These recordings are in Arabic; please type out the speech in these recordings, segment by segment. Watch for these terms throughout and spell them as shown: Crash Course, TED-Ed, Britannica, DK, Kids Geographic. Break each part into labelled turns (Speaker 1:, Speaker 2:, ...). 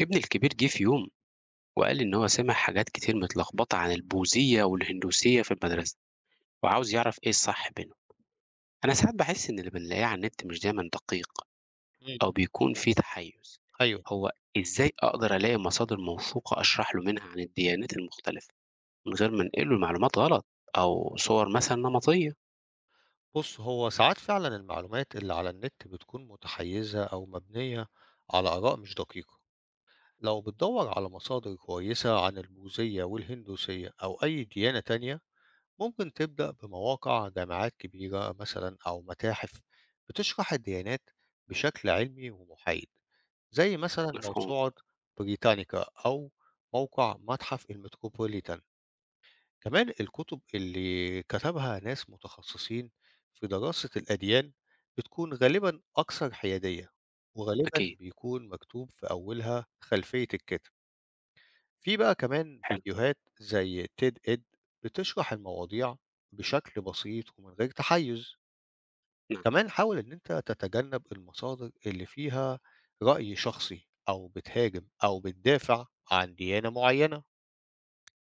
Speaker 1: ابني الكبير جه في يوم، وقال لي إن هو سمع حاجات كتير متلخبطة عن البوذية والهندوسية في المدرسة، وعاوز يعرف إيه الصح بينهم. أنا ساعات بحس إن اللي بنلاقيه على النت مش دايما دقيق
Speaker 2: إمم،
Speaker 1: أو بيكون فيه تحيز.
Speaker 2: أيوه،
Speaker 1: هو إزاي أقدر ألاقي مصادر موثوقة أشرح له منها عن الديانات المختلفة من غير ما أنقله المعلومات غلط أو صور مثلا نمطية؟
Speaker 2: بُص هو ساعات فعلًا المعلومات اللي على النت بتكون متحيزة أو مبنية على آراء مش دقيقة. لو بتدوّر على مصادر كويسة عن البوذية والهندوسية أو أي ديانة تانية، ممكن تبدأ بمواقع جامعات كبيرة مثلًا أو متاحف بتشرح الديانات بشكل علمي ومحايد، زي مثلًا
Speaker 1: مفهوم.
Speaker 2: موسوعة بريتانيكا أو موقع متحف الMetropolitan. كمان الكتب اللي كتبها ناس متخصصين في دراسة الأديان بتكون غالبا أكثر حيادية، وغالبا
Speaker 1: أكيد.
Speaker 2: بيكون مكتوب في أولها خلفية الكاتب. في بقى كمان
Speaker 1: حلو.
Speaker 2: فيديوهات زي تيد إد بتشرح المواضيع بشكل بسيط ومن غير تحيز.
Speaker 1: نعم.
Speaker 2: كمان حاول إن أنت تتجنب المصادر اللي فيها رأي شخصي أو بتهاجم أو بتدافع عن ديانة معينة.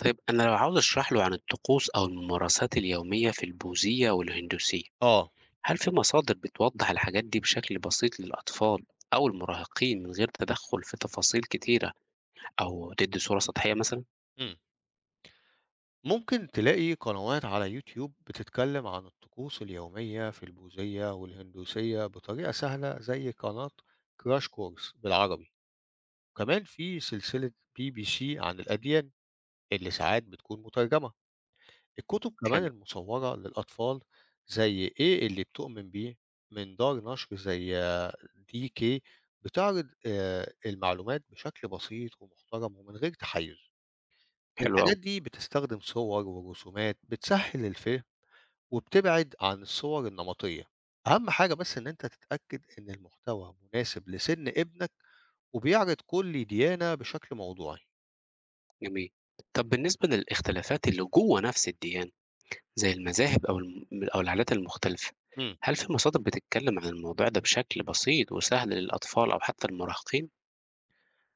Speaker 1: طيب أنا لو عاوز أشرح له عن الطقوس أو الممارسات اليومية في البوذية والهندوسية،
Speaker 2: آه.
Speaker 1: هل في مصادر بتوضح الحاجات دي بشكل بسيط للأطفال أو المراهقين من غير تدخل في تفاصيل كتيرة أو تدي صورة سطحية مثلا؟
Speaker 2: مم. ممكن تلاقي قنوات على يوتيوب بتتكلم عن الطقوس اليومية في البوذية والهندوسية بطريقة سهلة زي قناة كراش كورس بالعربي، وكمان في سلسلة بي بي سي عن الأديان اللي ساعات بتكون مترجمة. الكتب كمان
Speaker 1: حلو.
Speaker 2: المصورة للأطفال زي إيه اللي بتؤمن بيه من دار نشر زي دي كي بتعرض المعلومات بشكل بسيط ومحترم ومن غير تحيز.
Speaker 1: حلو
Speaker 2: الحاجات
Speaker 1: أوي.
Speaker 2: دي بتستخدم صور ورسومات بتسهل الفهم وبتبعد عن الصور النمطية. أهم حاجة بس إن أنت تتأكد إن المحتوى مناسب لسن ابنك وبيعرض كل ديانة بشكل موضوعي.
Speaker 1: جميل. طب بالنسبة للاختلافات اللي جوه نفس الديانة، زي المذاهب أو العادات المختلفة،
Speaker 2: امم
Speaker 1: هل في مصادر بتتكلم عن الموضوع ده بشكل بسيط وسهل للأطفال أو حتى المراهقين؟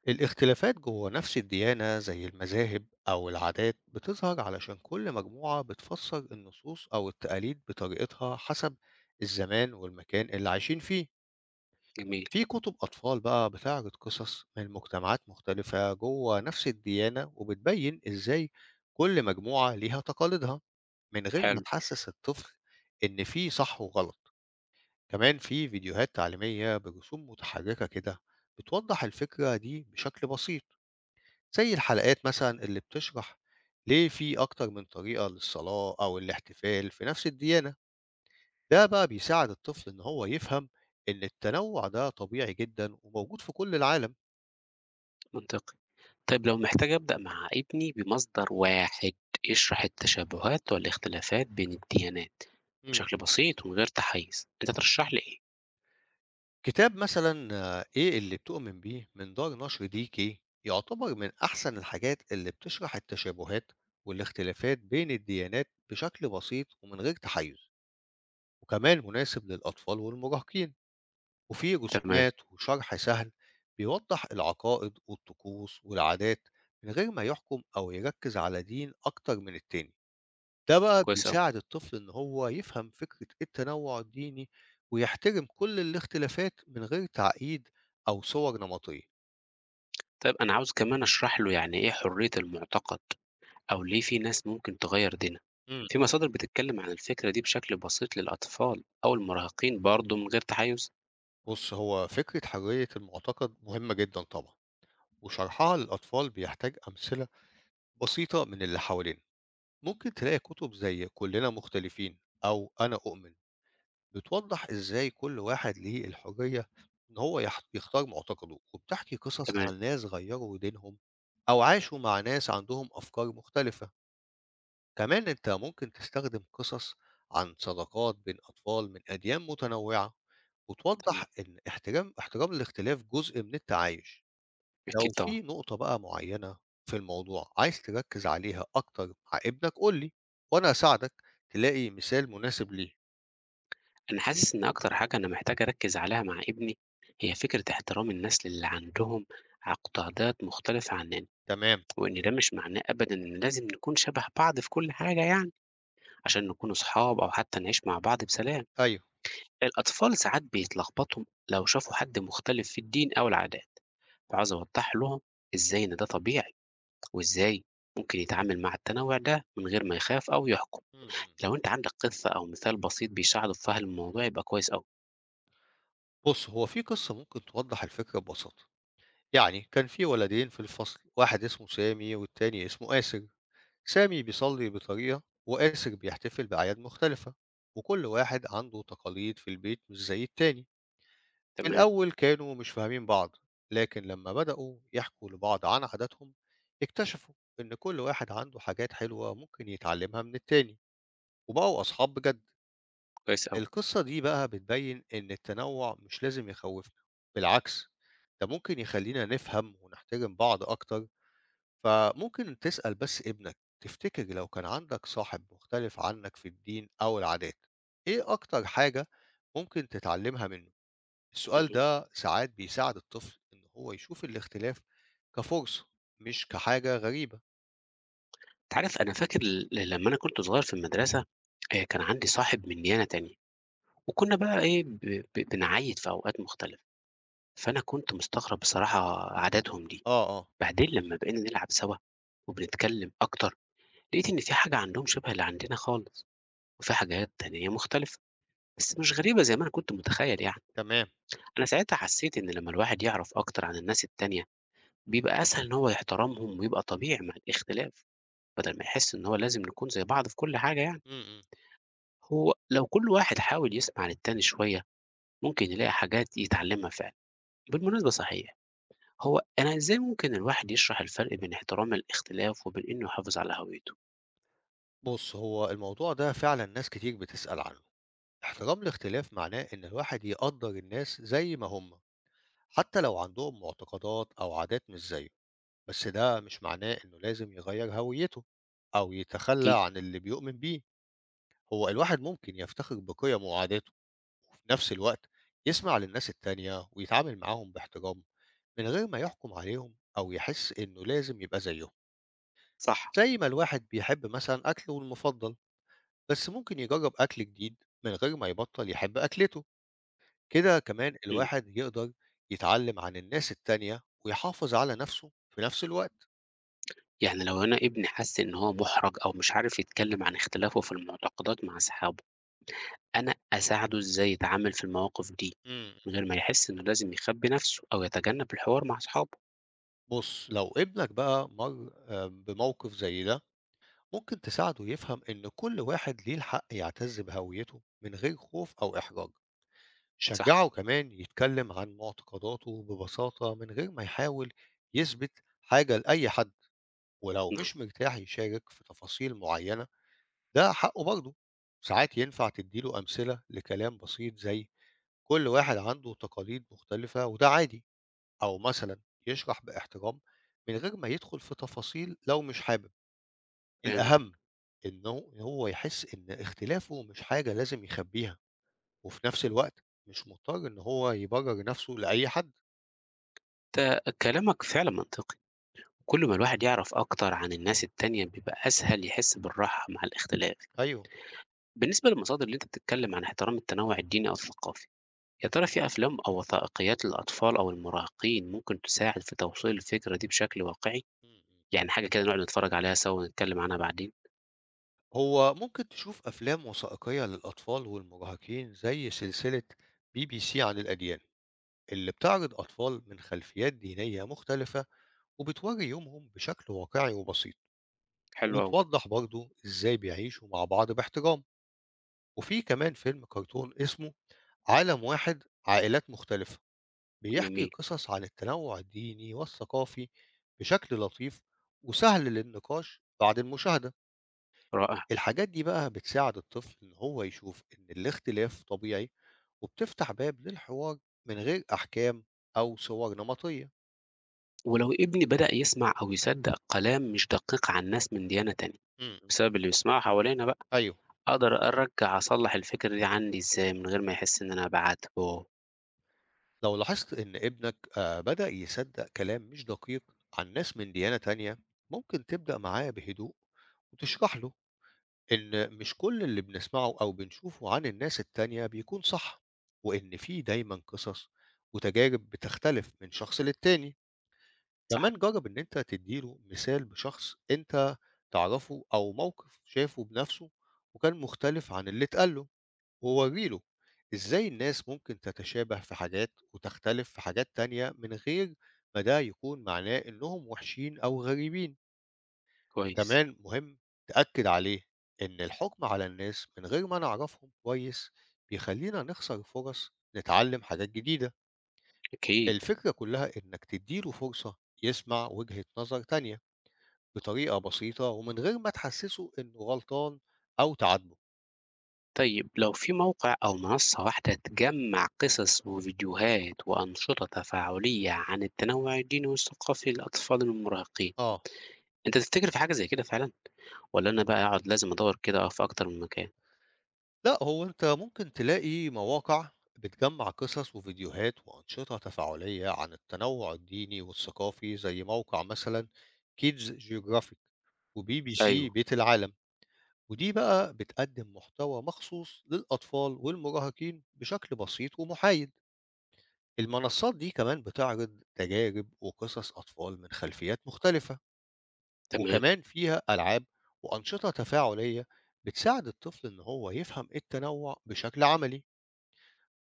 Speaker 2: الاختلافات جوه نفس الديانة زي المذاهب أو العادات بتظهر علشان كل مجموعة بتفسر النصوص أو التقاليد بطريقتها حسب الزمان والمكان اللي عايشين فيه.
Speaker 1: جميل.
Speaker 2: في كتب أطفال بقى بتعرض قصص من مجتمعات مختلفة جوه نفس الديانة وبتبين إزاي كل مجموعة ليها تقاليدها من غير ما
Speaker 1: حلو.
Speaker 2: تحسّس الطفل إن في صح وغلط، كمان في فيديوهات تعليمية برسوم متحركة كده بتوضّح الفكرة دي بشكل بسيط، زي الحلقات مثلًا اللي بتشرح ليه في أكتر من طريقة للصلاة أو الاحتفال في نفس الديانة، ده بقى بيساعد الطفل إن هو يفهم إن التنوع ده طبيعي جدًا وموجود في كل العالم.
Speaker 1: منطقي. طيب لو محتاج أبدأ مع ابني بمصدر واحد يشرح التشابهات والاختلافات بين الديانات
Speaker 2: إمم.
Speaker 1: بشكل بسيط ومن غير تحيز، أنت ترشح لي إيه؟
Speaker 2: كتاب مثلًا إيه اللي بتؤمن بيه من دار نشر DK يعتبر من أحسن الحاجات اللي بتشرح التشابهات والاختلافات بين الديانات بشكل بسيط ومن غير تحيز، وكمان مناسب للأطفال والمراهقين، وفيه
Speaker 1: تمام.
Speaker 2: رسومات وشرح سهل بيوضح العقائد والطقوس والعادات من غير ما يحكم أو يركز على دين أكتر من التاني. ده بقى
Speaker 1: كويس أوي.
Speaker 2: بيساعد الطفل إن هو يفهم فكرة التنوع الديني ويحترم كل الاختلافات من غير تعقيد أو صور نمطية.
Speaker 1: طيب أنا عاوز كمان أشرح له يعني إيه حرية المعتقد أو ليه في ناس ممكن تغير دينها.
Speaker 2: امم
Speaker 1: في مصادر بتتكلم عن الفكرة دي بشكل بسيط للأطفال أو المراهقين برضه من غير تحيز؟
Speaker 2: بص هو فكرة حرية المعتقد مهمة جدا طبعا، وشرحها للأطفال بيحتاج أمثلة بسيطة من اللي حوالينا. ممكن تلاقي كتب زي كلنا مختلفين أو أنا أؤمن بتوضح إزاي كل واحد ليه الحرية إن هو يختار معتقده وبتحكي قصص
Speaker 1: تمام.
Speaker 2: عن ناس غيروا دينهم أو عاشوا مع ناس عندهم أفكار مختلفة. كمان أنت ممكن تستخدم قصص عن صداقات بين أطفال من أديان متنوعة وتوضح
Speaker 1: تمام.
Speaker 2: إن احترام الاختلاف جزء من التعايش.
Speaker 1: أكيد
Speaker 2: لو
Speaker 1: طبعا.
Speaker 2: في نقطة بقى معينة في الموضوع عايز تركز عليها أكتر مع ابنك قول لي وأنا أساعدك تلاقي مثال مناسب ليه.
Speaker 1: أنا حاسس إن أكتر حاجة أنا محتاج أركز عليها مع ابني هي فكرة احترام الناس للي عندهم عقدات مختلفة عننا،
Speaker 2: تمام،
Speaker 1: وإن ده مش معناه أبدا إن لازم نكون شبه بعض في كل حاجة يعني عشان نكون أصحاب أو حتى نعيش مع بعض بسلام.
Speaker 2: أيوه.
Speaker 1: الأطفال ساعات بيتلخبطوا لو شافوا حد مختلف في الدين أو العادات، فعاوز أوضح لهم إزاي إن ده طبيعي، وإزاي ممكن يتعامل مع التنوع ده من غير ما يخاف أو يحكم.
Speaker 2: م- م.
Speaker 1: لو أنت عندك قصة أو مثال بسيط بيساعده في فهم الموضوع يبقى كويس أوي.
Speaker 2: بص هو في قصة ممكن توضح الفكرة ببساطة، يعني كان في ولدين في الفصل واحد اسمه سامي والتاني اسمه آسر. سامي بيصلي بطريقة وآسر بيحتفل بأعياد مختلفة وكل واحد عنده تقاليد في البيت مش زي التاني. في
Speaker 1: تمام.
Speaker 2: الأول كانوا مش فاهمين بعض، لكن لما بدأوا يحكوا لبعض عن عاداتهم اكتشفوا إن كل واحد عنده حاجات حلوة ممكن يتعلمها من التاني وبقوا أصحاب بجد.
Speaker 1: كويس أوي.
Speaker 2: القصة دي بقى بتبين إن التنوع مش لازم يخوفنا، بالعكس ده ممكن يخلينا نفهم ونحترم بعض أكتر. فممكن تسأل بس ابنك تفتكر لو كان عندك صاحب مختلف عنك في الدين أو العادات إيه أكتر حاجة ممكن تتعلمها منه؟ السؤال
Speaker 1: اهم.
Speaker 2: ده ساعات بيساعد الطفل إن هو يشوف الاختلاف كفرصة مش كحاجة غريبة.
Speaker 1: أنت عارف، أنا فاكر لمّا أنا كنت صغير في المدرسة، كان عندي صاحب من ديانة تانية، وكنا بقى إيه ب ب بنعيّد في أوقات مختلفة، فأنا كنت مستغرب بصراحة عاداتهم دي.
Speaker 2: آه، آه،
Speaker 1: بعدين لمّا بقينا نلعب سوا وبنتكلم أكتر، لقيت إن في حاجة عندهم شبه اللي عندنا خالص، وفي حاجات تانية مختلفة، بس مش غريبة زي ما أنا كنت متخيل يعني.
Speaker 2: تمام.
Speaker 1: أنا ساعتها حسيت إن لمّا الواحد يعرف أكتر عن الناس التانية، بيبقى أسهل إن هو يحترمهم ويبقى طبيعي مع الاختلاف، بدل ما يحس إن هو لازم نكون زي بعض في كل حاجة يعني.
Speaker 2: م-م.
Speaker 1: هو لو كل واحد حاول يسمع للتاني شوية، ممكن يلاقي حاجات يتعلمها فعلا. بالمناسبة صحيح، هو أنا إزاي ممكن الواحد يشرح الفرق بين احترام الاختلاف وبين إنه يحافظ على هويته؟
Speaker 2: بص هو الموضوع ده فعلا ناس كتير بتسأل عنه. احترام الاختلاف معناه إن الواحد يقدر الناس زي ما هم حتى لو عندهم معتقدات أو عادات مش زيه، بس ده مش معناه إنه لازم يغيّر هويته أو يتخلّى
Speaker 1: أكيد.
Speaker 2: عن اللي بيؤمن بيه. هو الواحد ممكن يفتخر بقيمه وعاداته وفي نفس الوقت يسمع للناس التانية ويتعامل معاهم باحترام من غير ما يحكم عليهم أو يحس إنه لازم يبقى زيّهم،
Speaker 1: صح.
Speaker 2: زي ما الواحد بيحب مثلًا أكله المفضل بس ممكن يجرّب أكل جديد من غير ما يبطّل يحب أكلته، كده كمان
Speaker 1: مم.
Speaker 2: الواحد يقدر يتعلّم عن الناس التانية ويحافظ على نفسه في نفس الوقت.
Speaker 1: يعني لو أنا ابني حس إن هو محرج أو مش عارف يتكلم عن اختلافه في المعتقدات مع أصحابه، أنا أساعده إزاي يتعامل في المواقف دي
Speaker 2: إمم.
Speaker 1: من غير ما يحس إنه لازم يخبي نفسه أو يتجنب الحوار مع أصحابه؟
Speaker 2: بُص، لو ابنك بقى مَر بموقف زي ده، ممكن تساعده يفهم إن كل واحد ليه الحق يعتز بهويته من غير خوف أو إحراج. شجّعه
Speaker 1: صح.
Speaker 2: كمان يتكلم عن معتقداته ببساطة من غير ما يحاول يثبت حاجة لأي حد، ولو
Speaker 1: نعم.
Speaker 2: مش مرتاح يشارك في تفاصيل معيّنة، ده حقه برضه. ساعات ينفع تدّي له أمثلة لكلام بسيط زي كل واحد عنده تقاليد مختلفة وده عادي. أو مثلًا يشرح باحترام من غير ما يدخل في تفاصيل لو مش حابب.
Speaker 1: فهمت.
Speaker 2: الأهم إنه إن هو يحس إن اختلافه مش حاجة لازم يخبيها، وفي نفس الوقت مش مضطر إن هو يبرر نفسه لأي حد.
Speaker 1: فكلامك فعلا منطقي. كل ما الواحد يعرف أكتر عن الناس التانية بيبقى أسهل يحس بالراحة مع الاختلاف.
Speaker 2: أيوه،
Speaker 1: بالنسبة للمصادر اللي أنت بتتكلم عن احترام التنوع الديني أو الثقافي، يا ترى في أفلام أو وثائقيات للأطفال أو المراهقين ممكن تساعد في توصيل الفكرة دي بشكل واقعي؟
Speaker 2: إمم، إمم.
Speaker 1: يعني حاجة كده نقعد نتفرج عليها سوا ونتكلم عنها بعدين.
Speaker 2: هو ممكن تشوف أفلام وثائقية للأطفال والمراهقين زي سلسلة BBC عن الأديان، اللي بتعرض أطفال من خلفيات دينية مختلفة وبتوري يومهم بشكل واقعي وبسيط،
Speaker 1: حلو أوي.
Speaker 2: وبتوضح برضه إزاي بيعيشوا مع بعض باحترام. وفي كمان فيلم كرتون اسمه عالم واحد عائلات مختلفة بيحكي
Speaker 1: جميل.
Speaker 2: قصص عن التنوع الديني والثقافي بشكل لطيف وسهل للنقاش بعد المشاهدة.
Speaker 1: رائع.
Speaker 2: الحاجات دي بقى بتساعد الطفل إن هو يشوف إن الاختلاف طبيعي، وبتفتح باب للحوار من غير أحكام أو صور نمطية.
Speaker 1: ولو ابني بدأ يسمع أو يصدق كلام مش دقيق عن ناس من ديانة تانية
Speaker 2: مم.
Speaker 1: بسبب اللي بيسمعه حوالينا بقى،
Speaker 2: أيوه،
Speaker 1: أقدر أرجع أصلح الفكرة دي عندي إزاي من غير ما يحس إن أنا بعاتبه؟
Speaker 2: لو لاحظت إن ابنك بدأ يصدق كلام مش دقيق عن ناس من ديانة تانية ممكن تبدأ معاه بهدوء وتشرح له إن مش كل اللي بنسمعه أو بنشوفه عن الناس التانية بيكون صح، وإن في دايمًا قصص وتجارب بتختلف من شخص للتاني.
Speaker 1: صح.
Speaker 2: كمان جرب إن أنت تديله مثال بشخص أنت تعرفه أو موقف شافه بنفسه وكان مختلف عن اللي اتقال له، وورّي له إزاي الناس ممكن تتشابه في حاجات وتختلف في حاجات تانية من غير ما ده يكون معناه إنهم وحشين أو غريبين.
Speaker 1: كويس.
Speaker 2: كمان مهم تأكد عليه إن الحكم على الناس من غير ما نعرفهم كويس بيخلينا نخسر فرص نتعلم حاجات جديدة.
Speaker 1: أكيد.
Speaker 2: الفكرة كلها إنك تديله فرصة يسمع وجهة نظر تانية بطريقة بسيطة ومن غير ما تحسسه إنه غلطان أو تعاتبه.
Speaker 1: طيب لو في موقع أو منصة واحدة تجمع قصص وفيديوهات وأنشطة تفاعلية عن التنوع الديني والثقافي للأطفال المراهقين،
Speaker 2: آه،
Speaker 1: أنت تفتكر في حاجة زي كده فعلا، ولا أنا بقى أقعد لازم أدور كده في أكتر من مكان؟
Speaker 2: لا هو أنت ممكن تلاقي مواقع بتجمع قصص وفيديوهات وأنشطة تفاعلية عن التنوع الديني والثقافي زي موقع مثلا كيدز جيوغرافيك وبي بي
Speaker 1: ايوه.
Speaker 2: سي بيت العالم، ودي بقى بتقدم محتوى مخصوص للأطفال والمراهقين بشكل بسيط ومحايد. المنصات دي كمان بتعرض تجارب وقصص أطفال من خلفيات مختلفة،
Speaker 1: تمام.
Speaker 2: وكمان فيها ألعاب وأنشطة تفاعلية بتساعد الطفل إن هو يفهم التنوع بشكل عملي.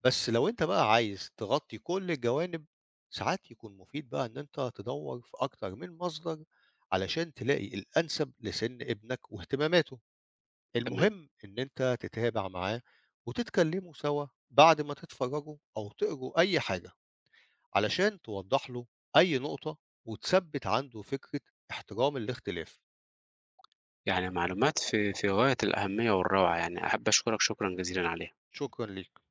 Speaker 2: بس لو أنت بقى عايز تغطي كل الجوانب ساعات يكون مفيد بقى إن أنت تدور في أكتر من مصدر علشان تلاقي الأنسب لسن ابنك واهتماماته.
Speaker 1: تمام.
Speaker 2: المهم إن أنت تتابع معاه وتتكلموا سوا بعد ما تتفرجوا أو تقروا أي حاجة علشان توضح له أي نقطة وتثبت عنده فكرة احترام الاختلاف.
Speaker 1: يعني معلومات في غاية الأهمية والروعة، يعني أحب أشكرك شكرا جزيلا عليها.
Speaker 2: شكرا ليك.